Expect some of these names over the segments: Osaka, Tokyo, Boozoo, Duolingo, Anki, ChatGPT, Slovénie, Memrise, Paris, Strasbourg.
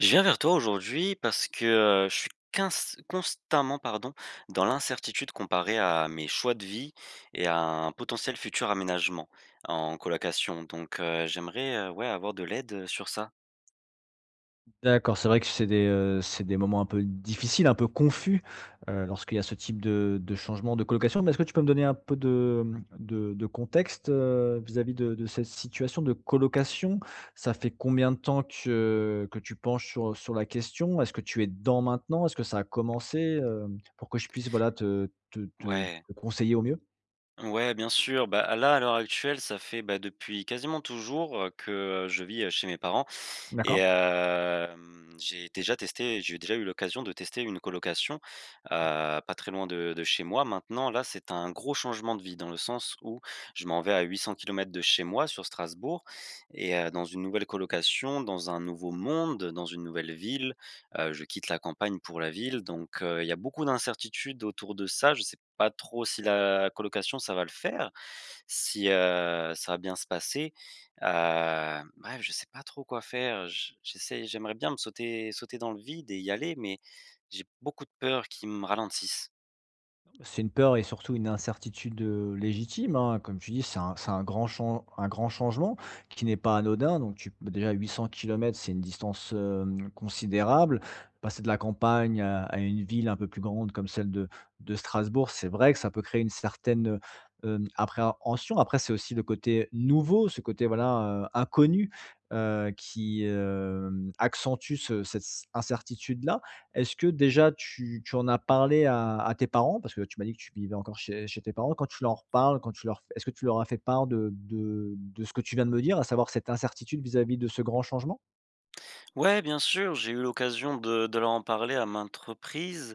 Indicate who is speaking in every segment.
Speaker 1: Je viens vers toi aujourd'hui parce que je suis constamment pardon, dans l'incertitude comparée à mes choix de vie et à un potentiel futur aménagement en colocation. Donc j'aimerais ouais, avoir de l'aide sur ça.
Speaker 2: D'accord, c'est vrai que c'est des moments un peu difficiles, un peu confus, lorsqu'il y a ce type de changement de colocation. Mais est-ce que tu peux me donner un peu de, de contexte, vis-à-vis de cette situation de colocation? Ça fait combien de temps que tu penches sur la question? Est-ce que tu es dedans maintenant? Est-ce que ça a commencé? Pour que je puisse, voilà, te te te
Speaker 1: Ouais.
Speaker 2: te conseiller au mieux.
Speaker 1: Ouais, bien sûr. Bah, là, à l'heure actuelle, ça fait bah, depuis quasiment toujours que je vis chez mes parents. Et
Speaker 2: D'accord.
Speaker 1: j'ai déjà eu l'occasion de tester une colocation, pas très loin de chez moi. Maintenant, là, c'est un gros changement de vie dans le sens où je m'en vais à 800 km de chez moi sur Strasbourg et dans une nouvelle colocation, dans un nouveau monde, dans une nouvelle ville. Je quitte la campagne pour la ville donc il y a beaucoup d'incertitudes autour de ça. Je sais pas trop si la colocation, ça va le faire, si, ça va bien se passer. Bref, je sais pas trop quoi faire. J'aimerais bien me sauter sauter dans le vide et y aller, mais j'ai beaucoup de peurs qui me ralentissent.
Speaker 2: C'est une peur et surtout une incertitude, légitime, hein. Comme tu dis, c'est un grand chan un grand changement qui n'est pas anodin. Donc tu p Déjà 800 kilomètres, c'est une distance, hem, considérable. Passer de la campagne à une ville un peu plus grande comme celle de Strasbourg, c'est vrai que ça peut créer une certaine, appréhension. Après, c'est aussi le côté nouveau, ce côté, voilà, inconnu, qui, accentue ce cette incertitude-là. Est-ce que déjà tu en as parlé à tes parents? Parce que tu m'as dit que tu vivais encore chez tes parents. Quand tu leur parles, quand tu leur est-ce que tu leur as fait part de ce que tu viens de me dire, à savoir cette incertitude vis-à-vis de ce grand changement?
Speaker 1: Ouais, bien sûr, j'ai eu l'occasion de leur en parler à maintes reprises.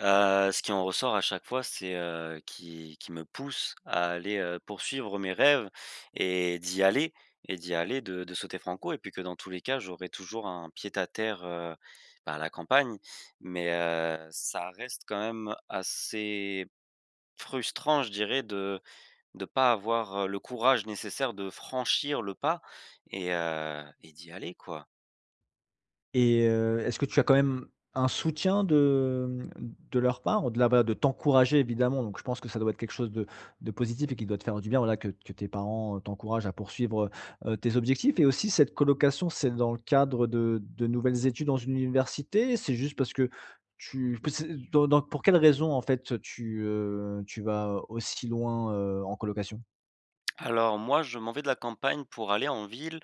Speaker 1: Ce qui en ressort à chaque fois, c'est, qui qu'ils me pousse à aller, poursuivre mes rêves et d'y aller, de sauter franco et puis que dans tous les cas, j'aurai toujours un pied à terre, bah, à la campagne. Mais, ça reste quand même assez frustrant, je dirais, de pas avoir, le courage nécessaire de franchir le pas et d'y aller, quoi.
Speaker 2: Et est-ce que tu as quand même un soutien de, de leur part? Au-delà, voilà, de t'encourager évidemment, donc je pense que ça doit être quelque chose de positif et qui doit te faire du bien, voilà, que tes parents, t'encouragent à poursuivre, tes objectifs et aussi cette colocation, c'est dans le cadre de nouvelles études dans une université? C'est juste parce que tu p c'est dans dans pour quelle raison en fait tu, tu vas aussi loin, en colocation?
Speaker 1: Alors moi, je m'en vais de la campagne pour aller en ville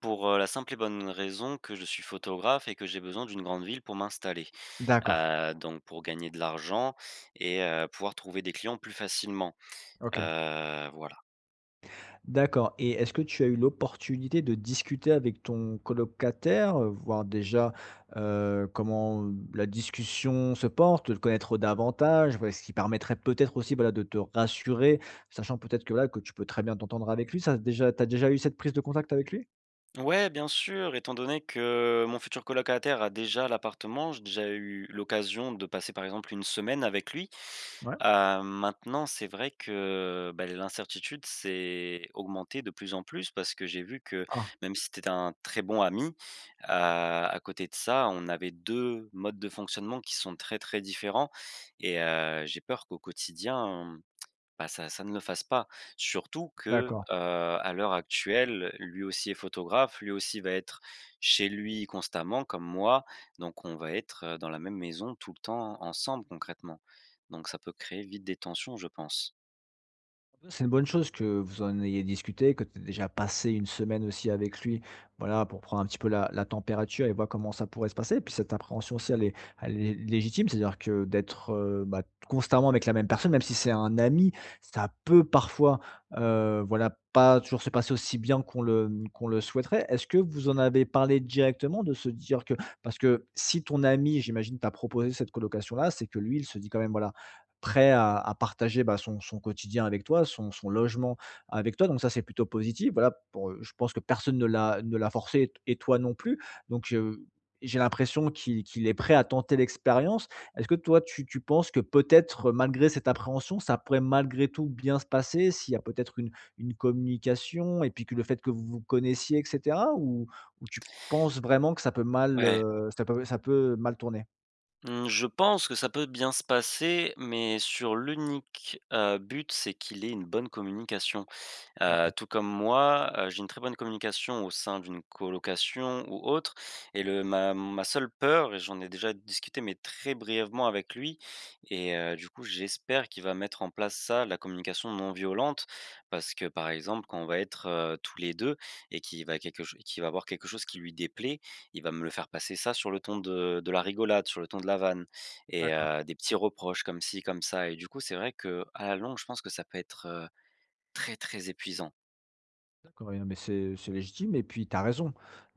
Speaker 1: pour, la simple et bonne raison que je suis photographe et que j'ai besoin d'une grande ville pour m'installer.
Speaker 2: D'accord,
Speaker 1: Donc pour gagner de l'argent et pouvoir trouver des clients plus facilement.
Speaker 2: OK.
Speaker 1: Voi
Speaker 2: D'accord et est-ce que tu as eu l'opportunité de discuter avec ton colocataire, voir déjà, comment la discussion se porte, de le connaître davantage? Voilà, ce qui permettrait peut-être aussi, voilà, de te rassurer, sachant peut-être que, là que tu peux très bien t'entendre avec lui. Ça, déjà tu as déjà eu cette prise de contact avec lui?
Speaker 1: Ouais, bien sûr, étant donné que mon futur colocataire a déjà l'appartement, j'ai déjà eu l'occasion de passer par exemple une semaine avec lui.
Speaker 2: Ouais?
Speaker 1: Maintenant, c'est vrai que, bah, l'incertitude s'est augmentée de plus en plus parce que j'ai vu que
Speaker 2: Ah,
Speaker 1: même si c'était un très bon ami, à côté de ça, on avait 2 modes de fonctionnement qui sont très, très différents et j'ai peur qu'au quotidien bah, ça ne le fasse pas. Surtout que,
Speaker 2: d'accord.
Speaker 1: à l'heure actuelle, lui aussi est photographe, lui aussi va être chez lui constamment comme moi, donc on va être, dans la même maison tout le temps ensemble concrètement. Donc ça peut créer vite des tensions, je pense.
Speaker 2: C'est une bonne chose que vous en ayez discuté, que tu aies déjà passé une semaine aussi avec lui, voilà, pour prendre un petit peu la, la température et voir comment ça pourrait se passer. Et puis cette appréhension aussi, elle est légitime, c'est-à-dire que d'être bah, constamment avec la même personne, même si c'est un ami, ça peut parfois, voilà, pas toujours se passer aussi bien qu'on le souhaiterait. Est-ce que vous en avez parlé directement de se dire que, parce que si ton ami, j'imagine, t'a proposé cette colocation-là, c'est que lui, il se dit quand même, voilà, prêt à partager, bah, son quotidien avec toi, son logement avec toi, donc ça, c'est plutôt positif. Voilà, pour, je pense que personne ne l'a forcé et toi non plus, donc j'ai l'impression qu'il est prêt à tenter l'expérience. Est-ce que toi, tu penses que peut-être, malgré cette appréhension, ça pourrait malgré tout bien se passer? S'il y a peut-être une communication et puis que le fait que vous vous connaissiez et cetera? Ou tu penses vraiment que ça peut mal,
Speaker 1: Ouais,
Speaker 2: ça peut mal tourner?
Speaker 1: mmh, je pense que ça peut bien se passer, mais sur l'unique, but, c'est qu'il ait une bonne communication.
Speaker 2: D'accord,
Speaker 1: Tout comme moi, j'ai une très bonne communication au sein d'une colocation ou autre, et le ma ma seule peur, et j'en ai déjà discuté, mais très brièvement avec lui et du coup, j'espère qu'il va mettre en place ça, la communication non violente. Parce que, par exemple, quand on va être, tous les 2 et qu'il va avoir quelque chose qui lui déplaît, il va me le faire passer ça sur le ton de la rigolade, sur le ton de la vanne et
Speaker 2: d'accord.
Speaker 1: des petits reproches comme ci, comme ça, et du coup, c'est vrai que à la longue, je pense que ça peut être, très, très épuisant.
Speaker 2: D'accord, oui, non, mais c'est légitime et puis tu as raison.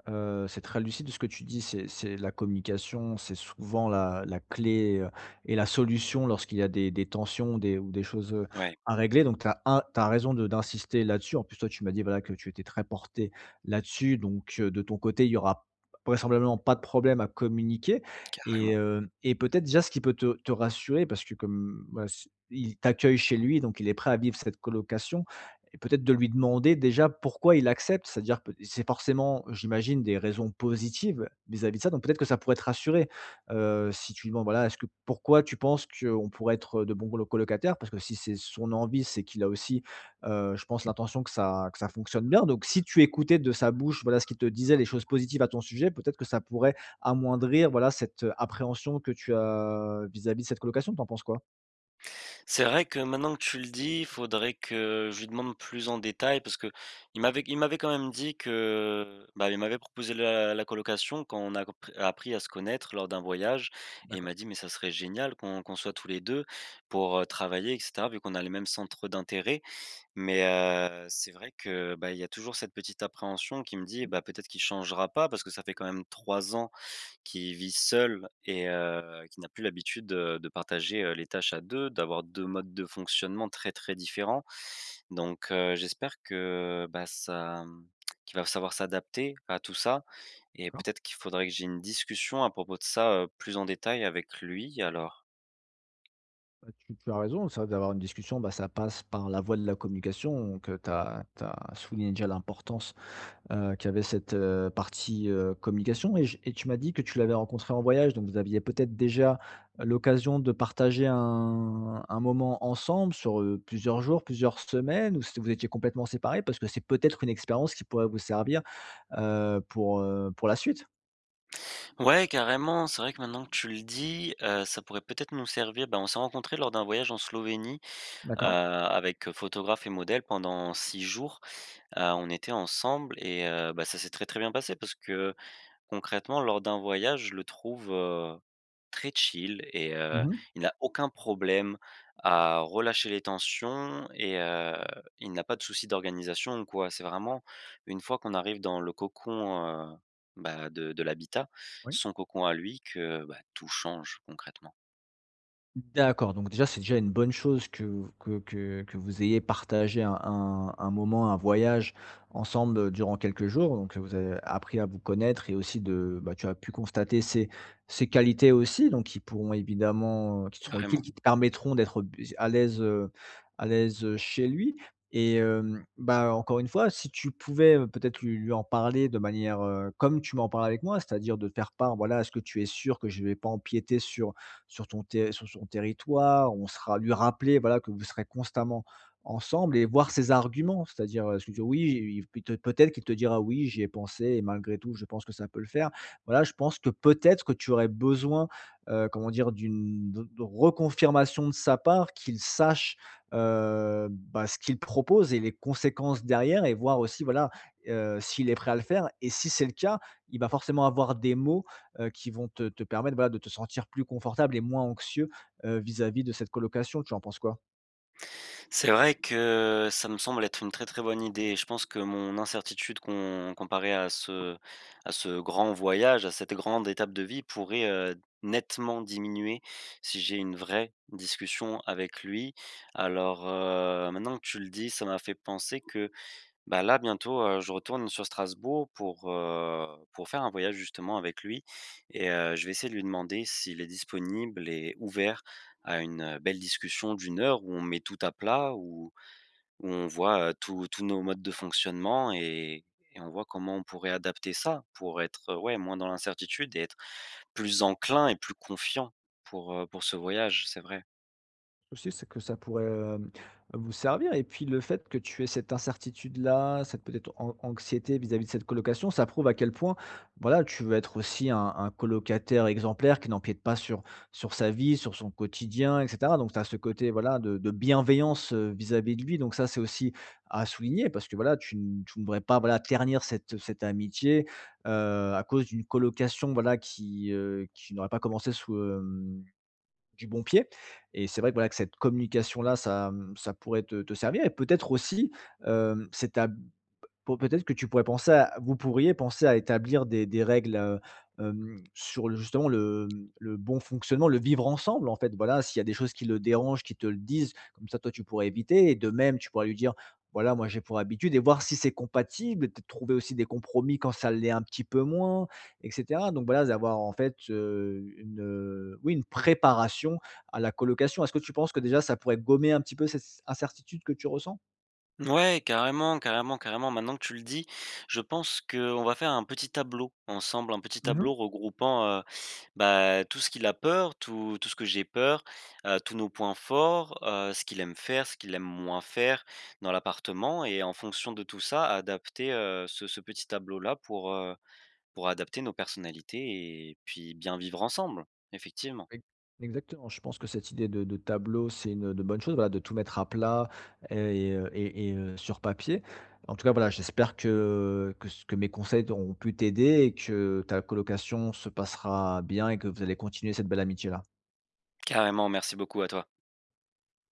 Speaker 2: C'est très lucide ce que tu dis, c'est la communication, c'est souvent la clé, et la solution lorsqu'il y a des tensions, des ou des choses,
Speaker 1: Ouais,
Speaker 2: à régler donc tu as raison de d'insister là-dessus. En plus, toi, tu m'as dit, voilà, que tu étais très porté là-dessus donc de ton côté, il y aura vraisemblablement pas de problème à communiquer et
Speaker 1: carrément.
Speaker 2: peut-être déjà ce qui peut te rassurer parce que comme, voilà, s il t'accueille chez lui donc il est prêt à vivre cette colocation et peut-être de lui demander déjà pourquoi il accepte, c'est-à-dire peut c'est forcément, j'imagine, des raisons positives vis-à-vis de ça, donc peut-être que ça pourrait te rassurer. Si tu lui demandes, voilà: «Est-ce que pourquoi tu penses qu'on pourrait être de bons colocataires?» parce que si c'est son envie, c'est qu'il a aussi, je pense, l'intention que ça fonctionne bien, donc si tu écoutais de sa bouche, voilà, ce qu'il te disait, les choses positives à ton sujet, peut-être que ça pourrait amoindrir, voilà, cette appréhension que tu as vis-à-vis de cette colocation. Tu en penses quoi?
Speaker 1: C'est vrai que maintenant que tu le dis, il faudrait que je lui demande plus en détail, parce que il m'avait quand même dit que bah, il m'avait proposé la colocation quand on a appris à se connaître lors d'un voyage, et il
Speaker 2: D'accord.
Speaker 1: m'a dit mais ça serait génial qu'on soit tous les deux pour travailler, etc., vu qu'on a les mêmes centres d'intérêt. Mais c'est vrai que bah, il y a toujours cette petite appréhension qui me dit bah, peut-être qu'il changera pas parce que ça fait quand même 3 ans qui vit seul et qui n'a plus l'habitude, de partager, les tâches à 2, d'avoir 2 modes de fonctionnement très, très différents. Donc j'espère que, bah, ça, qu'il va savoir s'adapter à tout ça, et peut-être qu'il faudrait que j'ai une discussion à propos de ça, plus en détail avec lui alors.
Speaker 2: Bah, tu as raison, ça d'avoir une discussion, bah, ça passe par la voie de la communication. Donc, tu as, souligné déjà l'importance qu'avait cette partie communication. Et, et tu m'as dit que tu l'avais rencontré en voyage, donc vous aviez peut-être déjà l'occasion de partager un moment ensemble sur plusieurs jours, plusieurs semaines, ou si vous étiez complètement séparés, parce que c'est peut-être une expérience qui pourrait vous servir pour la suite.
Speaker 1: Ouais, carrément, c'est vrai que maintenant que tu le dis, ça pourrait peut-être nous servir. Ben, on s'est rencontrés lors d'un voyage en Slovénie,
Speaker 2: D'accord?
Speaker 1: avec, photographe et modèle, pendant 6 jours. On était ensemble et bah, ça s'est très, très bien passé parce que concrètement lors d'un voyage, je le trouve, très chill et
Speaker 2: Mhm.
Speaker 1: il n'a aucun problème à relâcher les tensions, et il n'a pas de souci d'organisation ou quoi. C'est vraiment une fois qu'on arrive dans le cocon, heu, bah, de l'habitat,
Speaker 2: Oui.
Speaker 1: son cocon à lui, que bah, tout change concrètement.
Speaker 2: D'accord, donc déjà, c'est déjà une bonne chose que vous ayez partagé un moment, un voyage ensemble, durant quelques jours. Donc, vous avez appris à vous connaître et aussi de bah, tu as pu constater ces ces qualités aussi, donc qui pourront évidemment, qui te
Speaker 1: Mmh.
Speaker 2: seront utiles,
Speaker 1: Carrément.
Speaker 2: qui te permettront d'être b à l'aise, chez lui et hem, bah, encore une fois, si tu pouvais, peut-être lui en parler de manière, comme tu m'en parles avec moi, c'est-à-dire de faire part, voilà: «Est-ce que tu es sûr que je ne vais pas empiéter sur sur ton ter sur son territoire, on sera lui rappeler, voilà, que vous serez constamment ensemble et voir ses arguments. C'est-à-dire, se dire: «Oui, j'ai eu» peut-être qu'il te dira: «Oui, j'y ai pensé et malgré tout, je pense que ça peut le faire». Voilà, je pense que peut-être que tu aurais besoin, comment dire, d'une de reconfirmation de sa part, qu'il sache, bah, ce qu'il propose et les conséquences derrière et voir aussi, voilà, s'il est prêt à le faire et si c'est le cas, il va forcément avoir des mots qui vont te permettre, voilà, de te sentir plus confortable et moins anxieux, vis-à-vis de cette colocation. Tu en penses quoi?
Speaker 1: C'est vrai que ça me semble être une très, très bonne idée, et je pense que mon incertitude comparée à ce grand voyage, à cette grande étape de vie, pourrait, nettement diminuer si j'ai une vraie discussion avec lui. Alors, maintenant que tu le dis, ça m'a fait penser que bah, là, bientôt, je retourne sur Strasbourg pour faire un voyage justement avec lui, et je vais essayer de lui demander s'il est disponible et ouvert à une, belle discussion d'une heure où on met tout à plat, où on voit, tous nos modes de fonctionnement, et on voit comment on pourrait adapter ça pour être, ouais, moins dans l'incertitude et être plus enclin et plus confiant pour ce voyage, c'est vrai.
Speaker 2: Aussi, c'est que ça pourrait, vous servir et puis le fait que tu aies cette incertitude-là, cette peut-être an anxiété vis-à-vis de cette colocation, ça prouve à quel point, voilà, tu veux être aussi un colocataire exemplaire qui n'empiète pas sur sa vie, sur son quotidien et cetera. Donc tu as ce côté, voilà, de bienveillance, vis-à-vis de lui donc ça, c'est aussi à souligner parce que, voilà, tu ne voudrais pas, voilà, ternir cette amitié, à cause d'une colocation, voilà, qui n'aurait pas commencé sous, euh, du bon pied et c'est vrai que voilà, que cette communication-là, ça, ça pourrait te servir et peut-être aussi, hem, pour peut-être que tu pourrais penser à établir des règles, sur le justement le, le bon fonctionnement, le vivre ensemble, en fait. Voilà, s'il y a des choses qui le dérangent, qui te le disent, comme ça, toi, tu pourrais éviter et de même, tu pourrais lui dire: «Voilà, moi, j'ai pour habitude» et voir si c'est compatible et peut-être trouver aussi des compromis quand ça l'est un petit peu moins et cetera. Donc voilà, d'avoir, en fait, une, oui, une préparation à la colocation. Est-ce que tu penses que déjà ça pourrait gommer un petit peu cette incertitude que tu ressens?
Speaker 1: Ouais, carrément, carrément, carrément. Maintenant que tu le dis, je pense qu'on va faire un petit tableau ensemble, un petit
Speaker 2: Mmh.
Speaker 1: tableau regroupant bah, tout ce qu'il a peur, tout ce que j'ai peur, tous nos points forts, ce qu'il aime faire, ce qu'il aime moins faire dans l'appartement, et en fonction de tout ça, adapter ce petit tableau-là pour adapter nos personnalités et puis bien vivre ensemble, effectivement.
Speaker 2: Ex Exactement, je pense que cette idée de tableau, c'est une, de bonne chose, voilà, de tout mettre à plat sur papier. En tout cas, voilà, j'espère que ce que mes conseils ont pu t'aider et que ta colocation se passera bien et que vous allez continuer cette belle amitié-là.
Speaker 1: Carrément, merci beaucoup à toi.